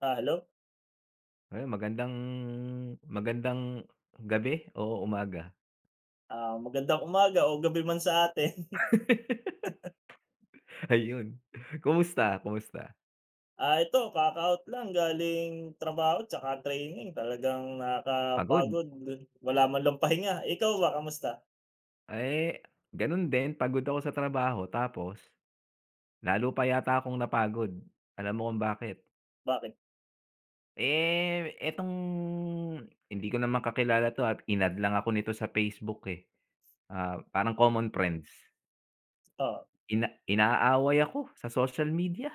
Ah, hello. Ayun, magandang magandang gabi o umaga. Ah, magandang umaga o gabi man sa atin. Ayun. Kumusta, kumusta? Ah, ito kaka lang galing trabaho tsaka training. Talagang Pagod? nakakapagod, wala man lang pahinga. Ikaw ba kamusta? Eh, gano'n din, pagod ako sa trabaho tapos lalo pa yata akong napagod. Alam mo kung bakit? Bakit? Etong hindi ko naman kakilala 'to at in lang ako nito sa Facebook, eh. Ah, parang common friends. Oh. Inaaway ako sa social media.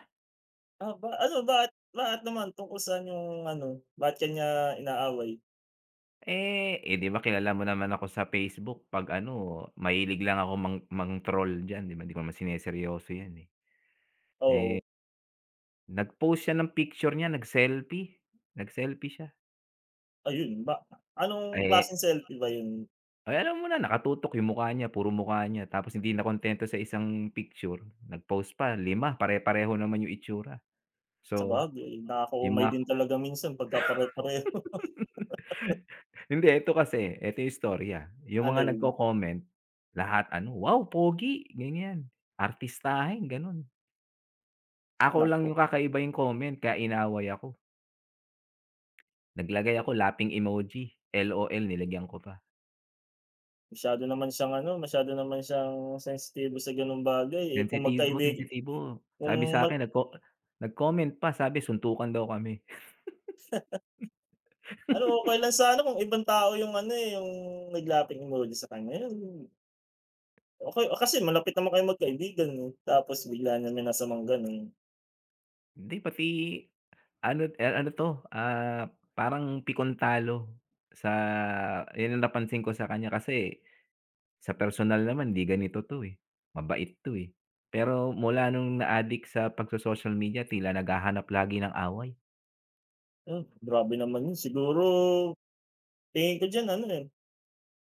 Ah, ba ano ba't bakit naman tungkol saan yung ano, ba't kanya niya inaaway? 'Di ba kilala mo naman ako sa Facebook 'pag ano, mahilig lang ako mang-troll diyan, 'di ba, 'di ko naman sinerseryoso 'yan, eh. Eh, Oo, nag-post siya ng picture niya, nag-selfie siya. ayun ba, anong Eh, klaseng selfie ba yun? ay alam mo na, nakatutok yung mukha niya, puro mukha niya. Tapos hindi na kontento sa isang picture, nag-post pa, lima pare-pareho naman yung itsura. Sa So, bagay yung nakakaumay mga din talaga minsan pagka pare-pareho. hindi, eto kasi, eto yung istorya, yung Ano mga yun? nagko-comment, lahat ano, "Wow, pogi," ganyan, "Artistahin," gano'n. Ako lang Naku. yung kakaiba yung comment kaya inaway ako. Naglagay ako laughing emoji, LOL nilagyan ko pa. Masyado naman siyang ano, masyado naman siyang sensitibo sa gano'ng bagay, eh, kung Sensitibo, magkaibig, sensitibo. kung Sabi mag sa'kin nagco Nag-comment pa sabi suntukan daw kami. ano, okey lang sana kung ibang tao yung ano, eh, yung naglapit emoji sa kanya, yun okey kasi malapit naman kayong magkaibigan, eh, tapos bigla niya may nasamang gano'n. Hindi, pati ano, eh, ano 'to, parang pikon talo sa yun ang napansin ko sa kanya kasi sa personal naman hindi ganito 'to, eh, mabait 'to, eh. Pero mula nung na-addict sa pagso-social media tila naghahanap lagi ng away. Hmm, grabe naman yun, siguro tingin ko diyan ano, eh,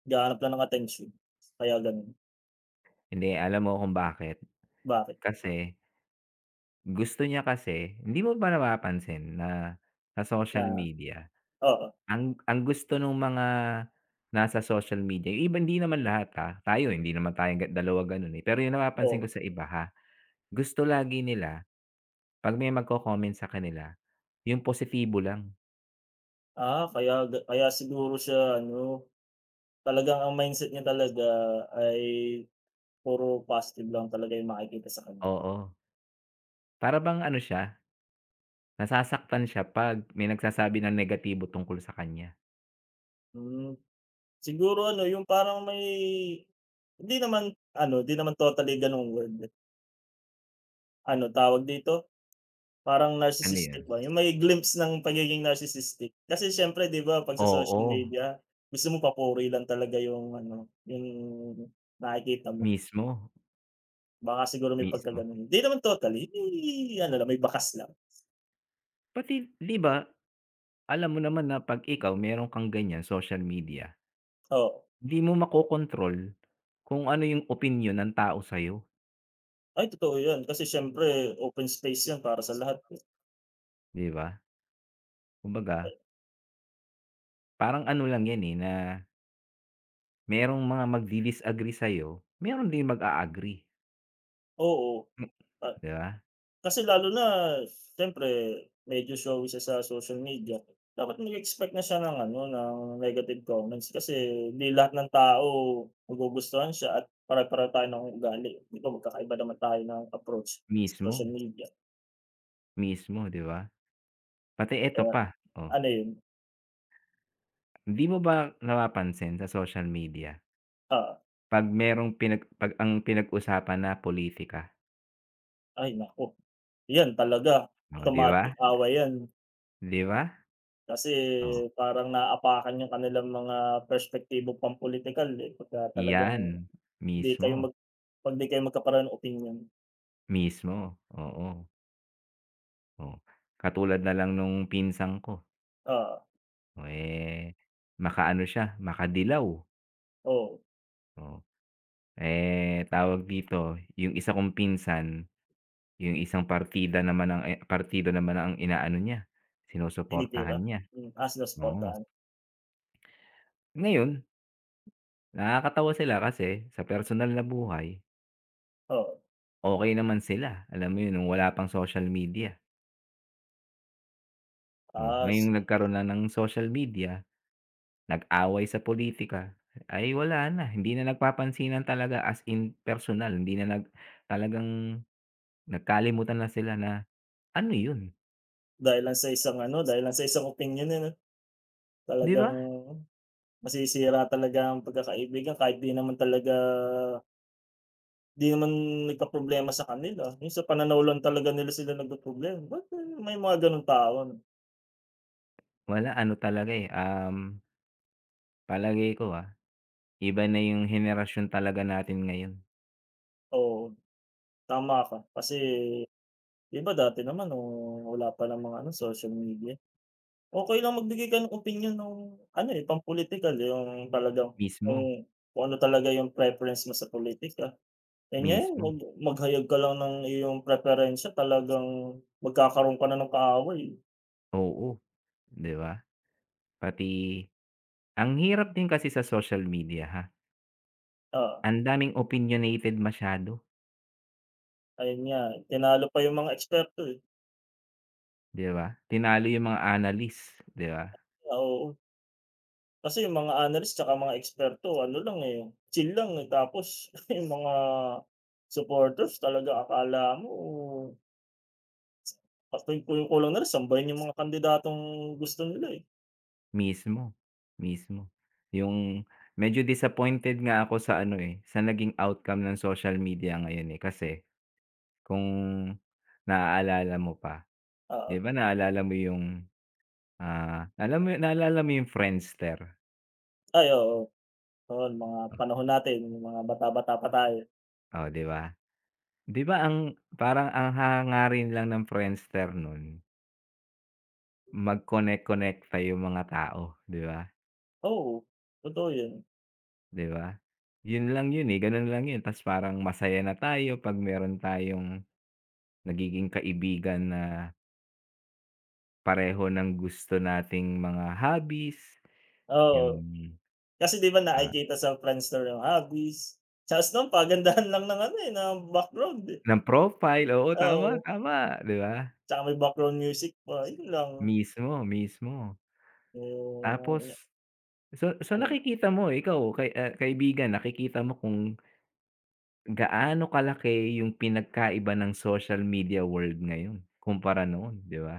naghahanap lang ng atensyon, kaya gano'n. Hindi, alam mo kung bakit? Bakit? Kasi Gusto niya kasi hindi mo ba napapansin na sa Na social media, oo, ang gusto nung mga nasa social media, yung iba hindi naman lahat, ha, tayo hindi naman tayong ga dalawa gano'n, eh, pero yung napapansin oo. ko sa iba, ha, gusto lagi nila 'pag may magko-comment sa kanila, yung positibo lang, Ah, kaya ga kaya siguro siya ano, talagang ang mindset niya talaga ay puro positive lang talaga yung makikita sa kanya. oo. Para bang ano siya, nasasaktan siya 'pag may nagsasabi ng negatibo tungkol sa kanya. Hmm, siguro ano yung parang may hindi naman ano, di naman totally gano'ng word, ano tawag dito, parang Ano narcissistic yun? ba, yung may glimpse ng pagiging narcissistic. Kasi siyempre 'di ba 'pag sa social Oo, media, gusto mo papuri lang talaga yung ano, yung nakikita mo. mismo, Baka siguro may mismo. pagka-gano'n. Hindi naman totally, may ano lang, may bakas lang, Pati 'di ba, alam mo naman na 'pag ikaw meron kang ganyan social media, oo. hindi mo makokontrol kung ano yung opinion ng tao sa'yo, Ay totoo 'yan kasi siyempre open space 'yan para sa lahat, eh. 'di ba? Ay Kumbaga, parang ano lang yan, eh, na merong mga magdi-disagree sa'yo, meron din mag-a-agree, oo, M ah. 'di ba? Kasi lalo na siyempre medyo showy siya sa social media, dapat mag-expect na siya ng ano, ng negative comments kasi hindi lahat ng tao magugustuhan siya at pare-pareho tayo ng ugali, 'di ba magkakaiba naman tayo ng approach sa social Mismo, media. mismo, 'di ba? Pati eto Kaya pa, oh, ano yun, hindi mo ba napapansin sa social media oo, 'pag merong 'pag ang pinag-usapan na politika, ay naku, 'yan talaga oh, 'di ba? automatic away 'yan 'Di ba? kasi Oh, parang naapakan yung kanilang mga perspektibo pampulitikal, eh, pagka talagang 'yan, 'di kayo mismo. mag 'pag 'di kayo magkaparan ng opinyon. Mismo, oo, oo, katulad na lang nung pinsan ko. O, eh, makaano siya, makadilaw, Oo, oh. Eh, tawag dito, yung isa kong pinsan, yung isang partida naman ang, eh, partido naman ang inaano niya, tinitira. sinusuportahan niya, As oo. naspotan, Ngayon, nakakatawa sila kasi sa personal na buhay, oo. okay naman sila, alam mo yun, nung wala pang social media, oh. Ah, s, Ngayong nagkaroon na ng social media, nag-away sa politika, ay wala na, hindi na nagpapansinan talaga as in personal, hindi na nag talagang nagkalimutan na sila na, ano 'yun, dahil lang sa isang ano, dahil lang sa isang opinyon, eh, 'no, 'di ba? talagang masisira talaga ang pagkakaibigan kahit 'di naman talaga 'di naman nagkaproblema sa kanila, yung sa pananaw lang talaga nila sila nagkaproblema, ba't may mga gano'ng tao, 'no? Wala ano talaga, eh, palagay ko, ah, iba na yung henerasyon talaga natin ngayon. Oo, tama ka, kasi 'di ba dati naman nung wala pa namang ano, social media, okey lang magbigay ka ng opinyon nung ano, eh, pampulitikal yung talagang Mismo, kung kung ano talaga yung preference mo sa pulitika. Eh, ngayon mismo, mag maghayag ka lang ng iyong preperensiya talagang magkakaroon ka na ng kaaway. oo, 'di ba? Pati ang hirap din kasi sa social media, ha, Oo, ang daming opinionated masyado, ayun nga, tinalo pa yung mga eksperto, eh. 'di ba? Tinalo yung mga analyst, 'di ba? Ah, oo, kasi yung mga analyst tsaka mga eksperto ano lang, eh, chill lang, eh, tapos yung mga supporters talaga akala mo patuyong-tuyo ko lang nila sambahin yung mga kandidatong gusto nila, eh, Mismo, mismo. Yung medyo disappointed nga ako sa ano, eh, sa naging outcome ng social media ngayon, eh. Kasi kung naaalala mo pa, 'di oo. ba naalala mo yung, alam mo naalala mo yung Friendster? Ay oo, noon mga panahon natin nung mga bata-bata pa tayo. Oh, 'di ba? 'Di ba ang parang ang hangarin lang ng Friendster nun mag-connect-konekta yung mga tao, 'di ba? Oo, totoo 'yun, 'Di ba? Yun lang yun, eh, ganun lang yun. Ta's parang masaya na tayo 'pag meron tayong nagiging kaibigan na pareho ng gusto nating mga hobbies, oo. yung, Kasi 'di ba ah, nakikita sa Friendster yung hobbies, tapos no'n pagandahan lang ng ano, eh, ng background, eh, ng profile, oo tama, oo. tama, 'di ba? Tsaka may background music pa, 'yun lang. Mismo, mismo. Yung Tapos so ano, eh nakikita mo ikaw kay ah, kaibigan nakikita mo kung gaano kalaki yung pinagkaiba ng social media world ngayon kumpara noon, 'di ba?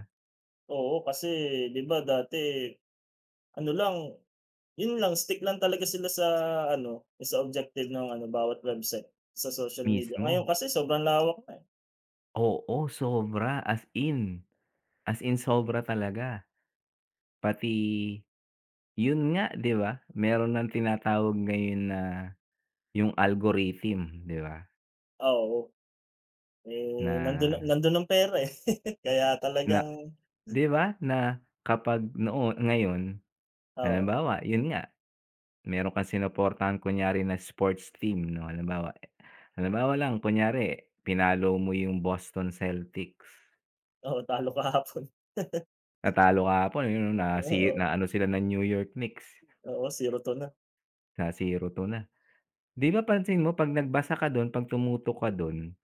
oo, kasi 'di ba dati ano lang, 'yun lang stick lang talaga sila sa ano, sa objective ng ano bawat website sa social media. Ngayon Mismo. kasi sobrang lawak na, eh, Oo, sobra as in sobra talaga. Pati yun nga, 'di ba? Meron ng tinatawag ngayon na yung algorithm, 'di ba? oo. Eh, nandun Na nandun ang pera, eh. Kaya talagang na 'di ba, na kapag noo ngayon oo, halimbawa, yun nga, meron kang sinuportahan kunyari na sports team 'no, halimbawa halimbawa lang kunyari pinalo mo yung Boston Celtics, oo, talo kahapon. natalo kahapon yun na si, Oo, na ano sila ng New York Knicks, oo, 0 to na, na 0-2 na. 'Di ba pansin mo 'pag nagbasa ka dun, 'pag tumuto ka dun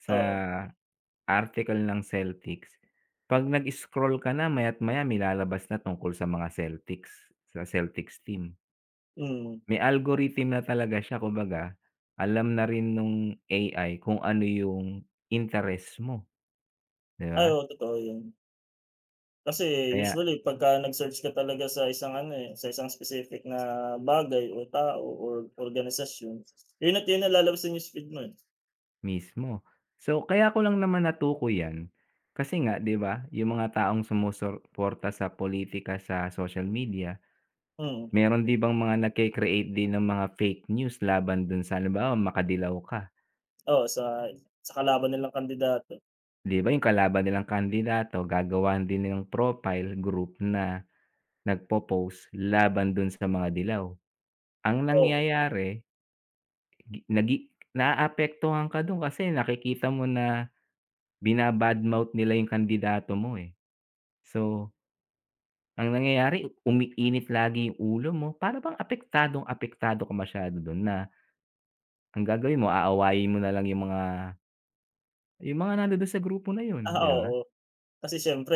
sa oo. article ng Celtics. 'Pag nag-scroll ka na maya't maya may lalabas na tungkol sa mga Celtics, sa Celtics team. mm. May algorithm na talaga siya kumbaga, alam na rin nung AI kung ano yung interest mo, 'di Ay, ba? oo, totoo yun. Kasi Kaya usually pagka nag-search ka talaga sa isang ano, eh, sa isang specific na bagay o tao or organisasyon, yun at yun ang lalabasan yung speed mo, eh. mismo. So, kaya ko lang naman natukoy 'yan, kasi nga 'di ba, yung mga taong sumusuporta sa politika sa social media, Mm, meron 'di bang mga nagke-create din ng mga fake news laban dun sa halimbawa makadilaw ka. oo, sa kalaban nilang kandidato, 'Di ba yung kalaban nilang kandidato gagawan din ng profile group na nagpo-post laban dun sa mga dilaw. Ang oo. nangyayari, gi nagi naaapektuhan ka dun kasi nakikita mo na bina-badmouth nila yung kandidato mo, eh. So, ang nangyayari umiinit lagi yung ulo mo para bang apektadong-apektado ka masyado dun na ang gagawin mo aawayin mo na lang yung mga nandun dun sa grupo na yun, Ah, 'di ba? oo. Kasi siyempre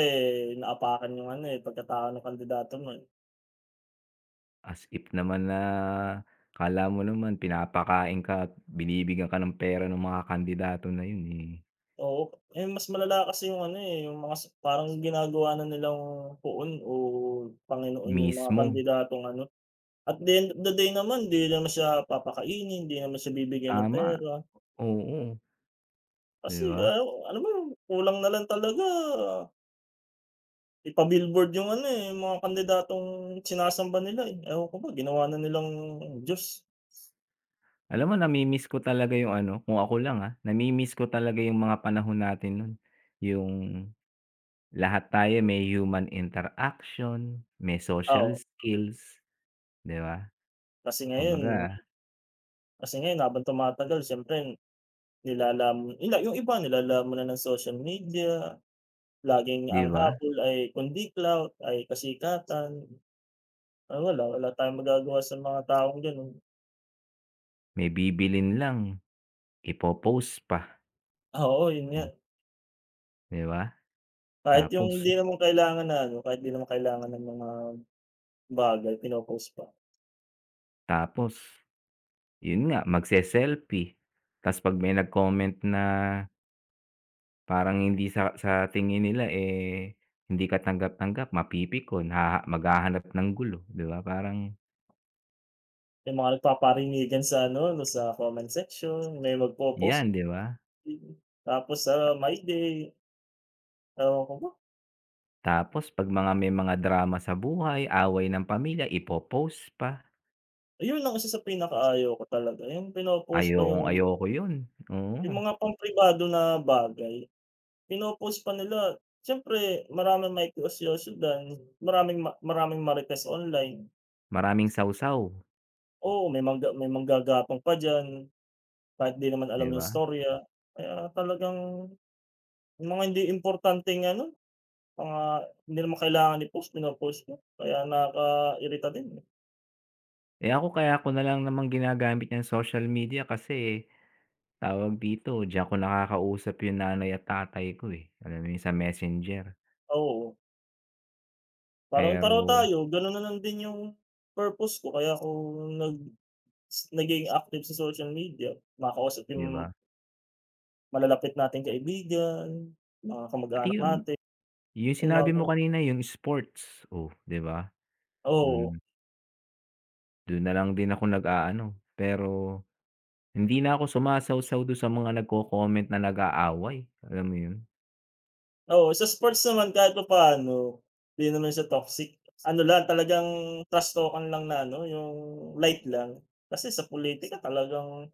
naapakan yung ano, eh, pagkatao ng kandidato mo, eh. As if naman na akala mo naman pinapakain ka at binibigyan ka ng pera ng mga kandidato na yun, eh, Oo, eh, mas malala kasi yung ano, eh, yung mga sa parang ginagawa na nilang poon o Panginoon yung mga mismo. kandidatong ano. At the end of the day naman 'di naman siya papakainin, 'di naman siya bibigyan ng Tama, pera. oo, 'di Kasi, ba? ah, alam mo yun, kulang na lang talaga ipa-billboard yung ano, eh, yung mga kandidatong sinasamba nila, eh. Ewan ko ba ginawa na nilang Diyos. Alam mo nami-miss ko talaga yung ano, kung ako lang, ah, nami-miss ko talaga yung mga panahon natin nun. Yung lahat tayo may human interaction, may Ah, social oo, skills, 'di ba? kasi ngayon Kumbaga, kasi ngayon habang tumatagal siyempre nilalam nila yung iba nilalaman na ng social media. Laging 'di ang ba, habol ay kundiklaw, ay kasikatan, ah, wala, wala tayong magagawa sa mga taong gano'n. may bibilin lang ipo-post pa, Oo, yun nga, 'di ba? kahit yung Tapos hindi naman kailangan na ano, kahit di naman kailangan ng mga bagay pino-post pa. tapos Yun nga, magse-selfie ta's 'pag may nag-comment na parang hindi sa tingin nila, eh, hindi ka tanggap tanggap mapipikon, haha maghahanap ng gulo, 'di ba? Parang Yung mga nagpaparinigan sa ano 'no, sa comment section, may magpo-post 'yan, pa 'di ba? din, tapos sa My Day, ewan ko ba, Tapos 'pag mga may mga drama sa buhay, away ng pamilya, ipopost pa. ayun ang isa sa pinakaayaw ko talaga, yung pino-post pa Ayokong-ayoko yun, yung oo. mga pampribado na bagay. Pino-post pa nila. Siyempre maraming makikiusyosyudan, maraming ma maraming marites online. Maraming sawsaw, Oo, may mangga may manggagapang pa diyan, kahit di naman 'di alam yung ba? storya. Kaya talagang yung mga hindi importanteng ano, mga hindi naman kailangan i-post, pino-post na. Kaya nakakairita din, eh. Eh, ako kaya ko na lang naman ginagamit yang social media kasi tawag dito, diyan ko nakakausap yung nanay at tatay ko, eh, alam mo yun sa Messenger. Oo, parang-pareho Pero, tayo, gano'n na lang din yung purpose ko kaya ako nag s- naging active sa social media. Makakausap 'di ba? yung malalapit nating kaibigan, mga Pati kamag-anak natin. yung Yung mga sinabi mo ganun kanina yung sports, oh, 'di ba? oo, Dun Dun na lang din ako nag-aano, pero hindi na ako sumasawsaw dun sa mga nagko-comment na nag-aaway, alam mo yun? oo, sa sports naman kahit papaano, 'di naman siya toxic. Ano lang talagang trash talk-an lang na ano yung light lang. Kasi sa pulitika talagang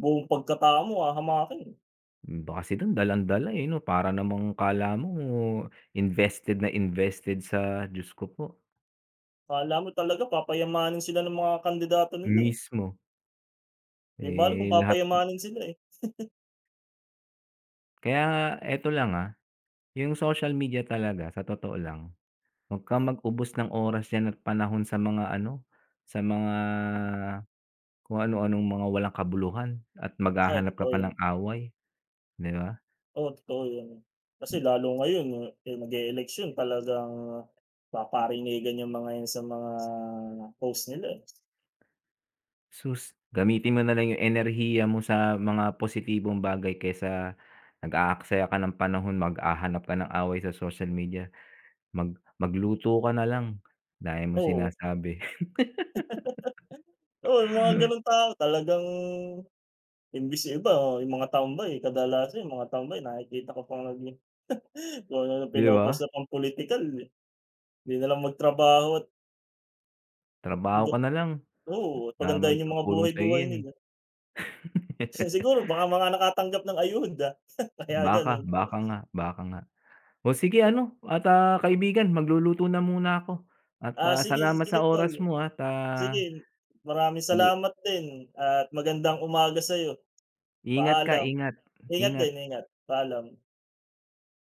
buong pagkatao mo hahamakin, eh. Iba kasi dun dalang-dala, eh, 'no, para namang akala mo invested na invested sa Diyos ko po, Akala mo talaga papayamanin sila ng mga kandidato nila, eh, mismo. 'di bale kung Eh, lahat papayamanin sila, eh. kaya eto lang, ah, yung social media talaga sa totoo lang, huwag kang mag-ubos ng oras diyan at panahon sa mga ano, sa mga kung ano-anong mga walang kabuluhan at Ay, maghahanap ka totoo pa yun, ng away, 'di ba? oo, totoo yun. Kasi lalo ngayon, eh, nag election talagang paparinigan yung mga yan sa mga post nila, eh, Sus, gamitin mo na lang yung enerhiya mo sa mga positibong bagay kaysa nag-aaksaya ka ng panahon, maghahanap ka ng away sa social media. Mag Magluto ka na lang, daya mong oo. sinasabi, Oo, yung mga gano'ng tao talagang imbis yung iba oh, yung mga tambay kadalasan yung mga tambay nakikita ko pang nag kung ano-ano 'di ba? pino-post na pang pulitikal, eh, hindi na lang magtrabaho at Trabaho ga ka na lang, oo, wala naman pagandahin yung mga tutulong sa'yo buhay-buhay 'yan, nila. eh. Siguro baka mga nakatanggap ng ayuda kaya Baka, gano'n. baka nga, baka nga. O sige ano at, ah, kaibigan magluluto na muna ako at, Ah, ah, sige salamat sige sa tol, oras mo at, ah, sige maraming gu salamat din at magandang umaga sa'yo. ingat ka, Paalam, ingat, ingat ingat. din, ingat, paalam.